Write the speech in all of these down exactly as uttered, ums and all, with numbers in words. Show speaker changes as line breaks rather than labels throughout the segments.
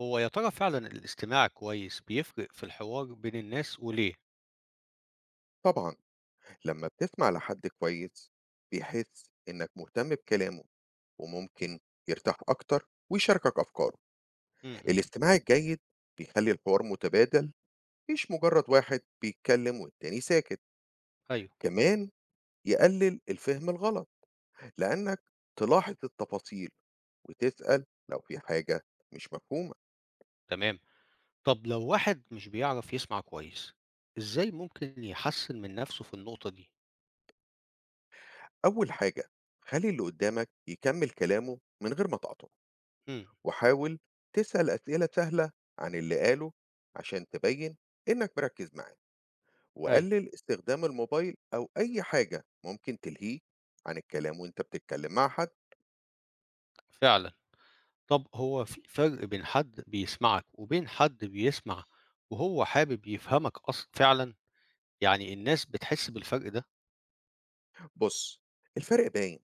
هو يا ترى فعلًا الاستماع كويس بيفرق في الحوار بين الناس وليه؟
طبعًا، لمّا بتسمع لحد كويس، بيحس إنك مهتم بكلامه وممكن يرتاح أكتر ويشاركك أفكاره.
إمم، إمم،
الاستماع الجيد بيخلي الحوار متبادل، مش مجرد واحد بيتكلم والتاني ساكت.
أيوه،
كمان يقلل الفهم الغلط، لأنك تلاحظ التفاصيل وتسأل لو في حاجة مش مفهومة.
تمام. طب لو واحد مش بيعرف يسمع كويس، إزاي ممكن يحسّن من نَفْسه في النقطة دي؟
أول حاجة، خلي اللي قدامك يكمل كلامه من غير ما تقاطعه.
إمم،
وحاول تسأل أسئلة سهلة عن اللي قاله عشان تبين إنك مركز معاه،
أيوه،
وقلل استخدام الموبايل أو أي حاجة ممكن تلهيه عن الكلام وإنت بتتكلم مع حد.
فعلًا. طب هو في فرق بين حد بيسمعك وبين حد بيسمع وهو حابب يفهمك أص فعلًا؟ يعني الناس بتحس بالفرق ده؟
بص، الفرق باين،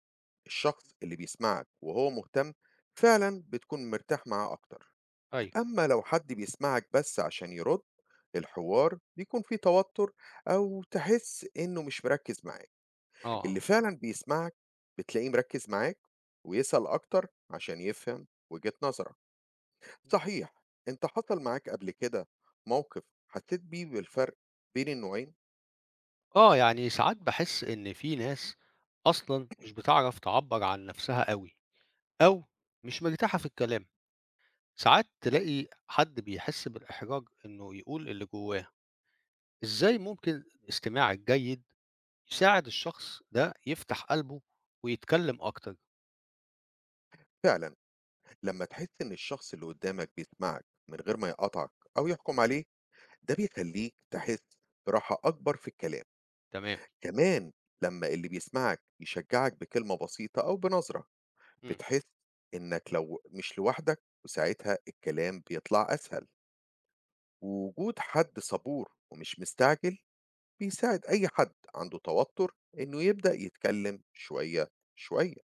الشخص اللي بيسمعك وهو مهتم فعلا بتكون مرتاح معاه أكتر.
أيوه،
أما لو حد بيسمعك بس عشان يرد، الحوار بيكون فيه توتر أو تحس إنه مش مركز معاك.
آه، آه.
اللي فعلًا بيسمعك بتلاقيه مركّز معاك ويسأل أكتر عشان يفهم وجهة نظرك. صحيح، أنت حصل معاك قبل كده موقف حسّيت بيه بالفرق بين النوعين؟
آه، يعني ساعات باحس إن في ناس أصلًا مش بتعرف تعبّر عن نَفْسها أوي. أو مش مرتاحة في الكلام، ساعات تلاقي حد بيحس بالإحراج إنه يقول اللي جواه، إزاي ممكن الاستماع الجيد يساعد الشخص ده يفتح قلبه ويتكلم أكتر؟
فعلًا، لمّا تحس إن الشخص اللي قدّامك بيسمعك من غير ما يقاطعك أو يحكم عليك، ده بيخلّيك تحس براحة أكبر في الكلام.
تمام،
كمان لمّا اللي بيسمعك يشجّعك بكلمة بسيطة أو بنظرة،
إمم،
بتحس إنك لو مش لوحدك وساعتها الكلام بيطلع أسهل. ووجود حد صبور ومش مستعجل بيساعد أي حد عنده توتر إنه يبدأ يتكلم شوية شوية.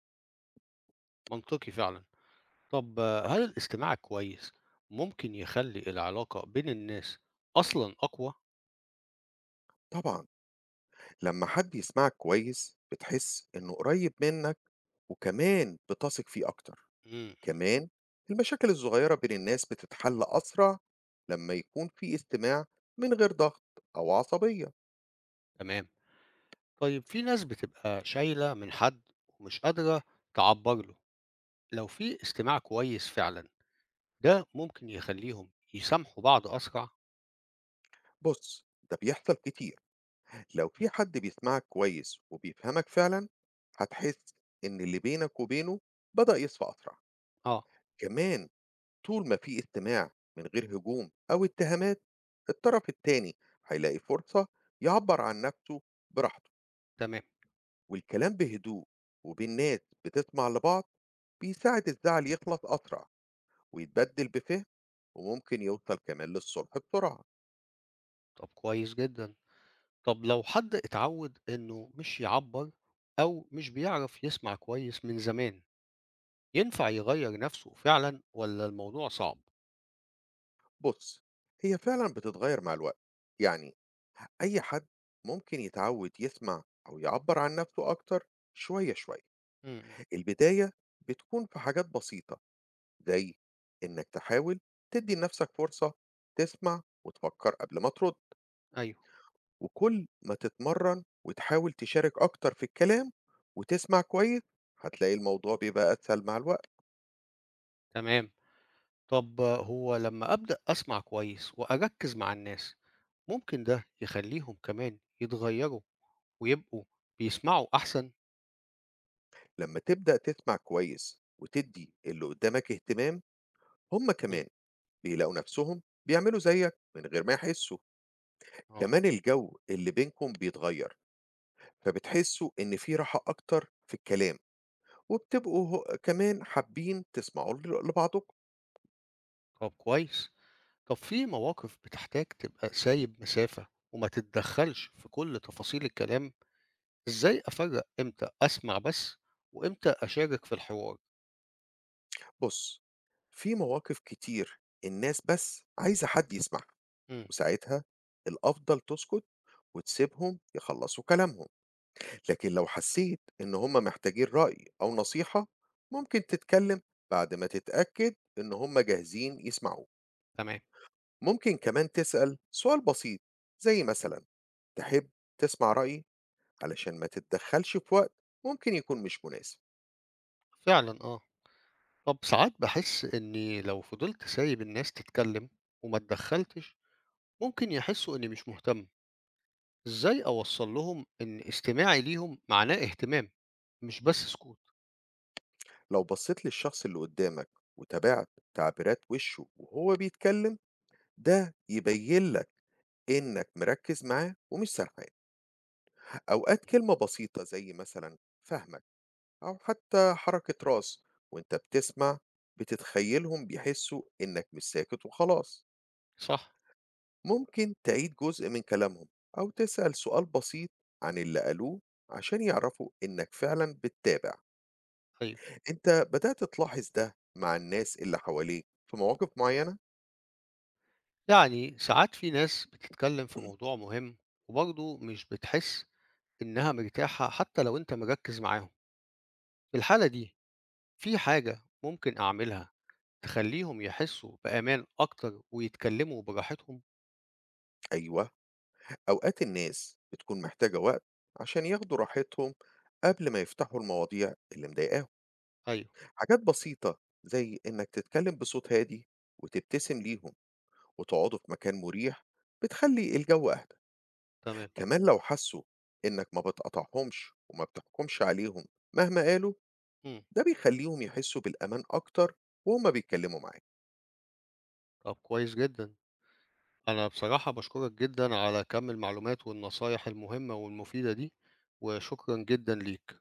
منطقي فعلًا، طب آه، هل الاستماع الكويس ممكن يخلّي العلاقة بين الناس أصلًا أقوى؟
طبعا لما حد يسمعك كويس بتحس إنه قريب منك، وكمان بتثق فيه أكتر.
إمم، إمم،
كمان المشاكل الصغيرة بين الناس بتتحل أسرع لما يكون في استماع من غير ضغط أو عصبية.
تمام، طيب في ناس بتبقى شايلة من حد ومش قادرة تعبّر له، لو في استماع كويس فعلًا ده ممكن يخلّيهم يسامحوا بعض أسرع.
بص، ده بيحصل كتير، لو
إمم،
في حد بيسمعك كويس وبيفهمك فعلا هتحس إن اللي بينك وبينه بدأ يصفى أسرع.
آه،
كمان طول ما في استماع من غير هجوم أو اتهامات، الطرف التاني هيلاقي فرصة يعبر عن نفسه براحته.
تمام،
والكلام بهدوء وبين ناس بتسمع لبعض بيساعد الزعل يخلص أسرع ويتبدل بفهم، وممكن يوصل كمان للصلح بسرعة.
طَب كويس جدًا. طَب لو حد اتعوّد إنه مش يعبّر أو مش بيعرف يسمع كويس من زمان، ينفع يغيّر نَفْسه فعلًا والّا الموضوع صعب؟
بص، هي فعلا بتتغير مع الوقت، يعني أي حد ممكن يتعود يسمع أو يعبر عن نفسه أكتر شوية شوية.
إمم، إمم،
البداية بتكون في حاجات بسيطة، زي إنك تحاول تدي لنفسك فرصة تسمع وتفكر قبل ما ترد.
أيوه،
وكل ما تتمرن وتحاول تشارك أكتر في الكلام وتسمع كويس هتلاقي الموضوع بيبقى أسهل مع الوقت.
تمام. طَب هو لمّا أبدأ أسمع كويس وأركّز مع الناس، ممكن ده يخلّيهم كمان يتغيّروا ويبقوا بيسمعوا أحسن؟
لما تبدأ تسمع كويس وتدي اللي قدامك اهتمام، هم
إمم،
كمان بيلاقوا نفسهم بيعملوا زيك من غير ما يحسوا.
آه،
كمان الجو اللي بينكم بيتغير، فبتحسوا إن في راحة أكتر في الكلام، وبتبقوا هو- كمان حابين تسمعوا ل- لبعضكم.
طَب كويس. طب في مواقف بتحتاج تبقى سايب مسافة وما تتدخلش في كل تفاصيل الكلام، ازاي افرق امتى اسمع بس وامتى اشارك في الحوار؟
بص، في مواقف كتير الناس بس عايزة حد يسمعها،
امم،
وساعتها الأفضل تسكت وتسيبهم يخلصوا كلامهم. لكن لو حسيت إن هم محتاجين رأي أو نصيحة، ممكن تتكلم بعد ما تتأكد إن هم جاهزين يسمعوك.
تمام،
ممكن كمان تسأل سؤال بسيط، زي مثلا: تحب تسمع رأيي؟ علشان ما تتدخلش في وقت ممكن يكون مش مناسب.
فعلا اه. طب ساعات بحس اني لو فضلت سايب الناس تتكلم وما اتدخلتش ممكن يحسوا اني مش مهتم، ازاي اوصل لهم ان استماعي ليهم معناه اهتمام مش بس سكوت؟
لو بصيت للشخص اللي قدامك وتابعت تعبيرات وشه وهو بيتكلم، ده يبين لك إنك مركز معاه ومش سرحان. أوقات كلمة بسيطة زي مثلا فهمك، أو حتى حركة راس وإنت بتسمع، بتتخيلهم بيحسوا إنك مش ساكت وخلاص.
صح،
ممكن تعيد جزء من كلامهم أو تسأل سؤال بسيط عن اللي قالوه عشان يعرفوا إنك فعلا بتتابع.
ايوه.
أنت بدأت تلاحظ ده مع الناس اللي حواليك في مواقف معينة؟
يعني ساعات في ناس بتتكلم في موضوع مهم وبرضه مش بتحس إنها مرتاحة حتى لو أنت مركز معاهم، في الحالة دي في حاجة ممكن أعملها تخليهم يحسوا بأمان أكتر ويتكلموا براحتهم؟
أيوة، أوقات الناس بتكون محتاجة وقت عشان ياخدوا راحتهم قبل ما يفتحوا المواضيع اللي مضايقاهم.
أيوه،
حاجات بسيطة زي إنك تتكلم بصوت هادي وتبتسم ليهم وتقعدوا في مكان مريح بتخلي الجو أهدى.
تمام،
كمان لو حسوا إنك ما بتقاطعهمش وما بتحكمش عليهم مهما قالوا،
مم.
ده بيخليهم يحسوا بالأمان أكتر وهما بيتكلموا معاك.
طب كويس جدا، أنا بصراحة بشكرك جدا على كم المعلومات والنصايح المهمة والمفيدة دي وشكرا جدا ليك.